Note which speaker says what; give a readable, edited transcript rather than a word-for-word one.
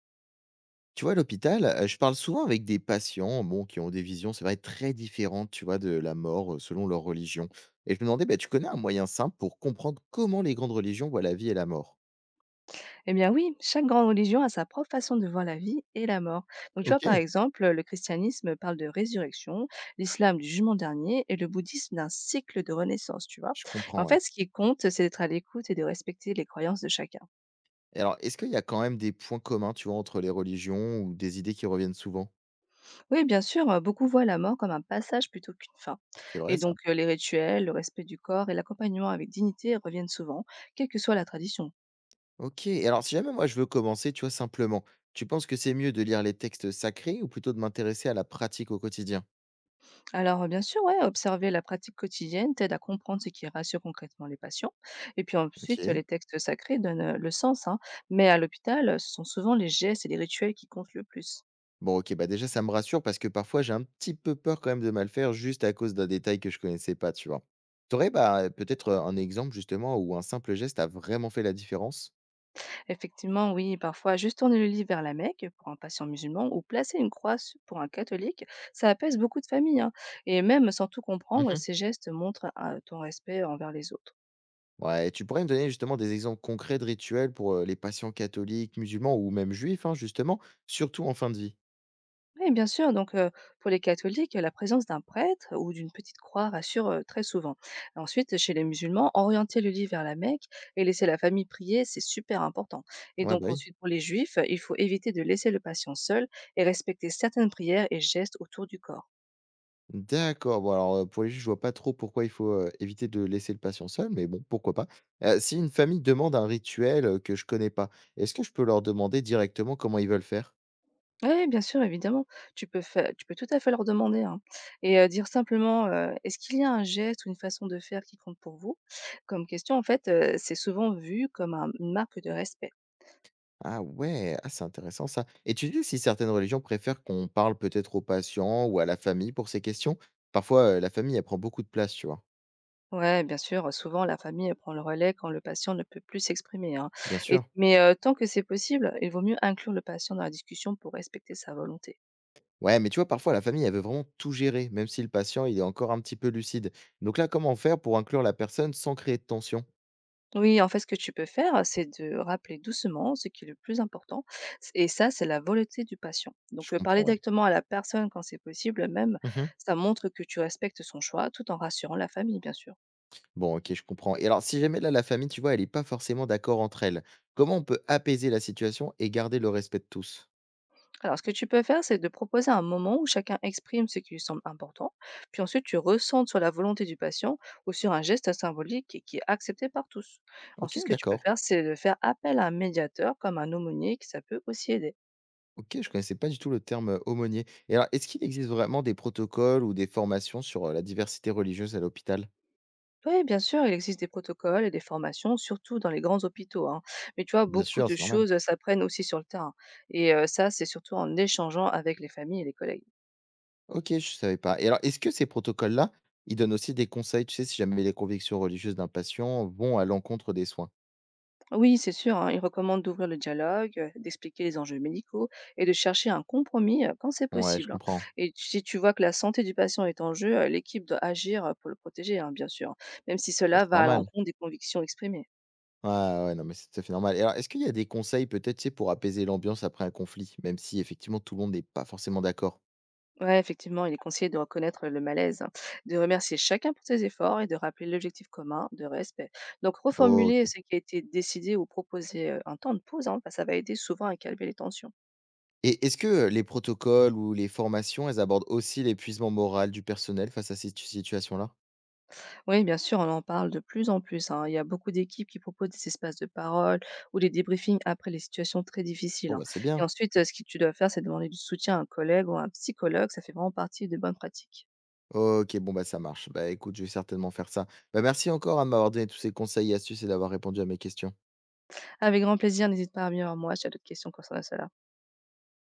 Speaker 1: Tu vois, à l'hôpital, je parle souvent avec des patients, bon, qui ont des visions, c'est vrai, très différentes, tu vois, de la mort, selon leur religion. Et je me demandais, bah, tu connais un moyen simple pour comprendre comment les grandes religions voient la vie et la mort?
Speaker 2: Eh bien oui, chaque grande religion a sa propre façon de voir la vie et la mort. Donc tu vois,
Speaker 1: Ok.
Speaker 2: par exemple, le christianisme parle de résurrection, l'islam du jugement dernier et le bouddhisme d'un cycle de renaissance, tu vois.
Speaker 1: Je comprends,
Speaker 2: En
Speaker 1: ouais.
Speaker 2: fait, ce qui compte, c'est d'être à l'écoute et de respecter les croyances de chacun.
Speaker 1: Et alors, est-ce qu'il y a quand même des points communs, tu vois, entre les religions ou des idées qui reviennent souvent?
Speaker 2: Oui, bien sûr, beaucoup voient la mort comme un passage plutôt qu'une fin.
Speaker 1: C'est
Speaker 2: Et
Speaker 1: vrai ça?
Speaker 2: donc les rituels, le respect du corps et l'accompagnement avec dignité reviennent souvent, quelle que soit la tradition.
Speaker 1: OK. Et alors si jamais moi je veux commencer, tu vois, simplement, tu penses que c'est mieux de lire les textes sacrés ou plutôt de m'intéresser à la pratique au quotidien?
Speaker 2: Alors, bien sûr, ouais, observer la pratique quotidienne t'aide à comprendre ce qui rassure concrètement les patients. Et puis ensuite,
Speaker 1: OK.
Speaker 2: les textes sacrés donnent le sens, hein. Mais à l'hôpital, ce sont souvent les gestes et les rituels qui comptent le plus.
Speaker 1: Bon, OK, bah, déjà, ça me rassure parce que parfois, j'ai un petit peu peur quand même de mal faire juste à cause d'un détail que je connaissais pas, tu vois? T'aurais bah, peut-être, un exemple justement où un simple geste a vraiment fait la différence?
Speaker 2: Effectivement, oui, parfois, juste tourner le lit vers la Mecque pour un patient musulman ou placer pour un catholique, ça apaise beaucoup de familles, hein. Et même sans tout comprendre,
Speaker 1: Mmh.
Speaker 2: ces gestes montrent ton respect envers les autres.
Speaker 1: Ouais, tu pourrais me donner justement des exemples concrets de rituels pour, les patients catholiques, musulmans ou même juifs, hein, justement, surtout en fin de vie?
Speaker 2: Oui, bien sûr. Donc, pour les catholiques, la présence d'un prêtre ou d'une petite croix rassure, très souvent. Ensuite, chez les musulmans, orienter le lit vers la Mecque et laisser la famille prier, c'est super important. Et
Speaker 1: Ouais,
Speaker 2: donc
Speaker 1: bah, oui.
Speaker 2: ensuite, pour les juifs, il faut éviter de laisser le patient seul et respecter certaines prières et gestes autour du corps.
Speaker 1: D'accord, bon alors, pour les juifs, je vois pas trop pourquoi il faut, éviter de laisser le patient seul, mais bon, pourquoi pas? Si une famille demande un rituel, que je connais pas, est-ce que je peux leur demander directement comment ils veulent faire?
Speaker 2: Oui, bien sûr, évidemment. Tu peux tout à fait leur demander, hein, et dire simplement, «Est-ce qu'il y a un geste ou une façon de faire qui compte pour vous?» Comme question, en fait, c'est souvent vu comme un une marque de respect.
Speaker 1: Ah ouais, ah, c'est intéressant ça. Et tu dis si certaines religions préfèrent qu'on parle peut-être aux patients ou à la famille pour ces questions? Parfois, la famille, elle prend beaucoup de place, tu vois.
Speaker 2: Ouais, bien sûr, souvent la famille prend le relais quand le patient ne peut plus s'exprimer, hein.
Speaker 1: Bien
Speaker 2: Et,
Speaker 1: sûr.
Speaker 2: mais euh, tant que c'est possible, il vaut mieux inclure le patient dans la discussion pour respecter sa volonté.
Speaker 1: Ouais, mais tu vois, parfois, la famille, elle veut vraiment tout gérer, même si le patient, il est encore un petit peu lucide. Donc là, comment faire pour inclure la personne sans créer de tension?
Speaker 2: Oui, en fait, ce que tu peux faire, hein, c'est de rappeler doucement ce qui est le plus important. Et ça, c'est la volonté du patient.
Speaker 1: Je
Speaker 2: Donc,
Speaker 1: comprends,
Speaker 2: parler
Speaker 1: ouais.
Speaker 2: directement à la personne quand c'est possible, même,
Speaker 1: Mhm.
Speaker 2: ça montre que tu respectes son choix tout en rassurant la famille, bien sûr.
Speaker 1: Bon, ok, je comprends. Et alors, si jamais là, la famille, tu vois, elle n'est pas forcément d'accord entre elles, comment on peut apaiser la situation et garder le respect de tous?
Speaker 2: Alors, ce que tu peux faire, c'est de proposer un moment où chacun exprime ce qui lui semble important, puis ensuite tu ressentes sur la volonté du patient ou sur un geste symbolique et qui est accepté par tous.
Speaker 1: Ok,
Speaker 2: Ensuite, ce que tu peux
Speaker 1: d'accord.
Speaker 2: faire, c'est de faire appel à un médiateur comme un aumônier, qui ça peut aussi aider.
Speaker 1: OK, je connaissais pas du tout le terme, aumônier et alors, est-ce qu'il existe vraiment des protocoles ou des formations sur, la diversité religieuse à l'hôpital?
Speaker 2: Oui, bien sûr, il existe des protocoles et des formations, surtout dans les grands hôpitaux, hein. Mais tu vois,
Speaker 1: Bien
Speaker 2: beaucoup
Speaker 1: sûr,
Speaker 2: de
Speaker 1: c'est normal.
Speaker 2: choses s'apprennent aussi sur le terrain. Et ça, c'est surtout en échangeant avec les familles et les collègues.
Speaker 1: OK, je savais pas et alors, est-ce que ces protocoles-là, ils donnent aussi des conseils, tu sais, si jamais les convictions religieuses d'un patient vont à l'encontre des soins?
Speaker 2: Oui, c'est sûr, hein, il recommande d'ouvrir le dialogue, d'expliquer les enjeux médicaux et de chercher un compromis quand c'est
Speaker 1: Ouais, je
Speaker 2: possible, hein.
Speaker 1: comprends.
Speaker 2: Et si tu vois que la santé du patient est en jeu, l'équipe doit agir pour le protéger, hein, bien sûr, même si
Speaker 1: Ouais,
Speaker 2: cela
Speaker 1: c'est
Speaker 2: va à
Speaker 1: normal.
Speaker 2: l'encontre des convictions exprimées.
Speaker 1: Ouais, ouais, non, mais c'est tout à fait normal et alors, est-ce qu'il y a des conseils peut-être, tu sais, pour apaiser l'ambiance après un conflit, même si effectivement tout le monde n'est pas forcément d'accord?
Speaker 2: Ouais, effectivement, il est conseillé de reconnaître le malaise, hein, de remercier chacun pour ses efforts et de rappeler l'objectif commun de respect. Donc, reformuler
Speaker 1: OK.
Speaker 2: ce qui a été décidé ou proposer un temps de pause, hein, bah, ça va aider souvent à calmer les tensions.
Speaker 1: Et est-ce que les protocoles ou les formations, elles abordent aussi l'épuisement moral du personnel face à ces tu situations-là?
Speaker 2: Oui, bien sûr, on en parle de plus en plus, hein. Il y a beaucoup d'équipes qui proposent des espaces de parole ou des débriefings après les situations très difficiles,
Speaker 1: Bon,
Speaker 2: hein.
Speaker 1: bah, c'est
Speaker 2: Et
Speaker 1: bien.
Speaker 2: ensuite, ce que tu dois faire, c'est demander du soutien à un collègue ou à un psychologue. Ça fait vraiment partie des bonnes pratiques.
Speaker 1: OK, bon, bah, ça marche. Bah, écoute, je vais certainement faire ça. Bah, merci encore, hein, de m'avoir donné tous ces conseils et astuces et d'avoir répondu à mes questions.
Speaker 2: Avec grand plaisir, n'hésite pas à venir vers moi si tu as d'autres questions concernant cela.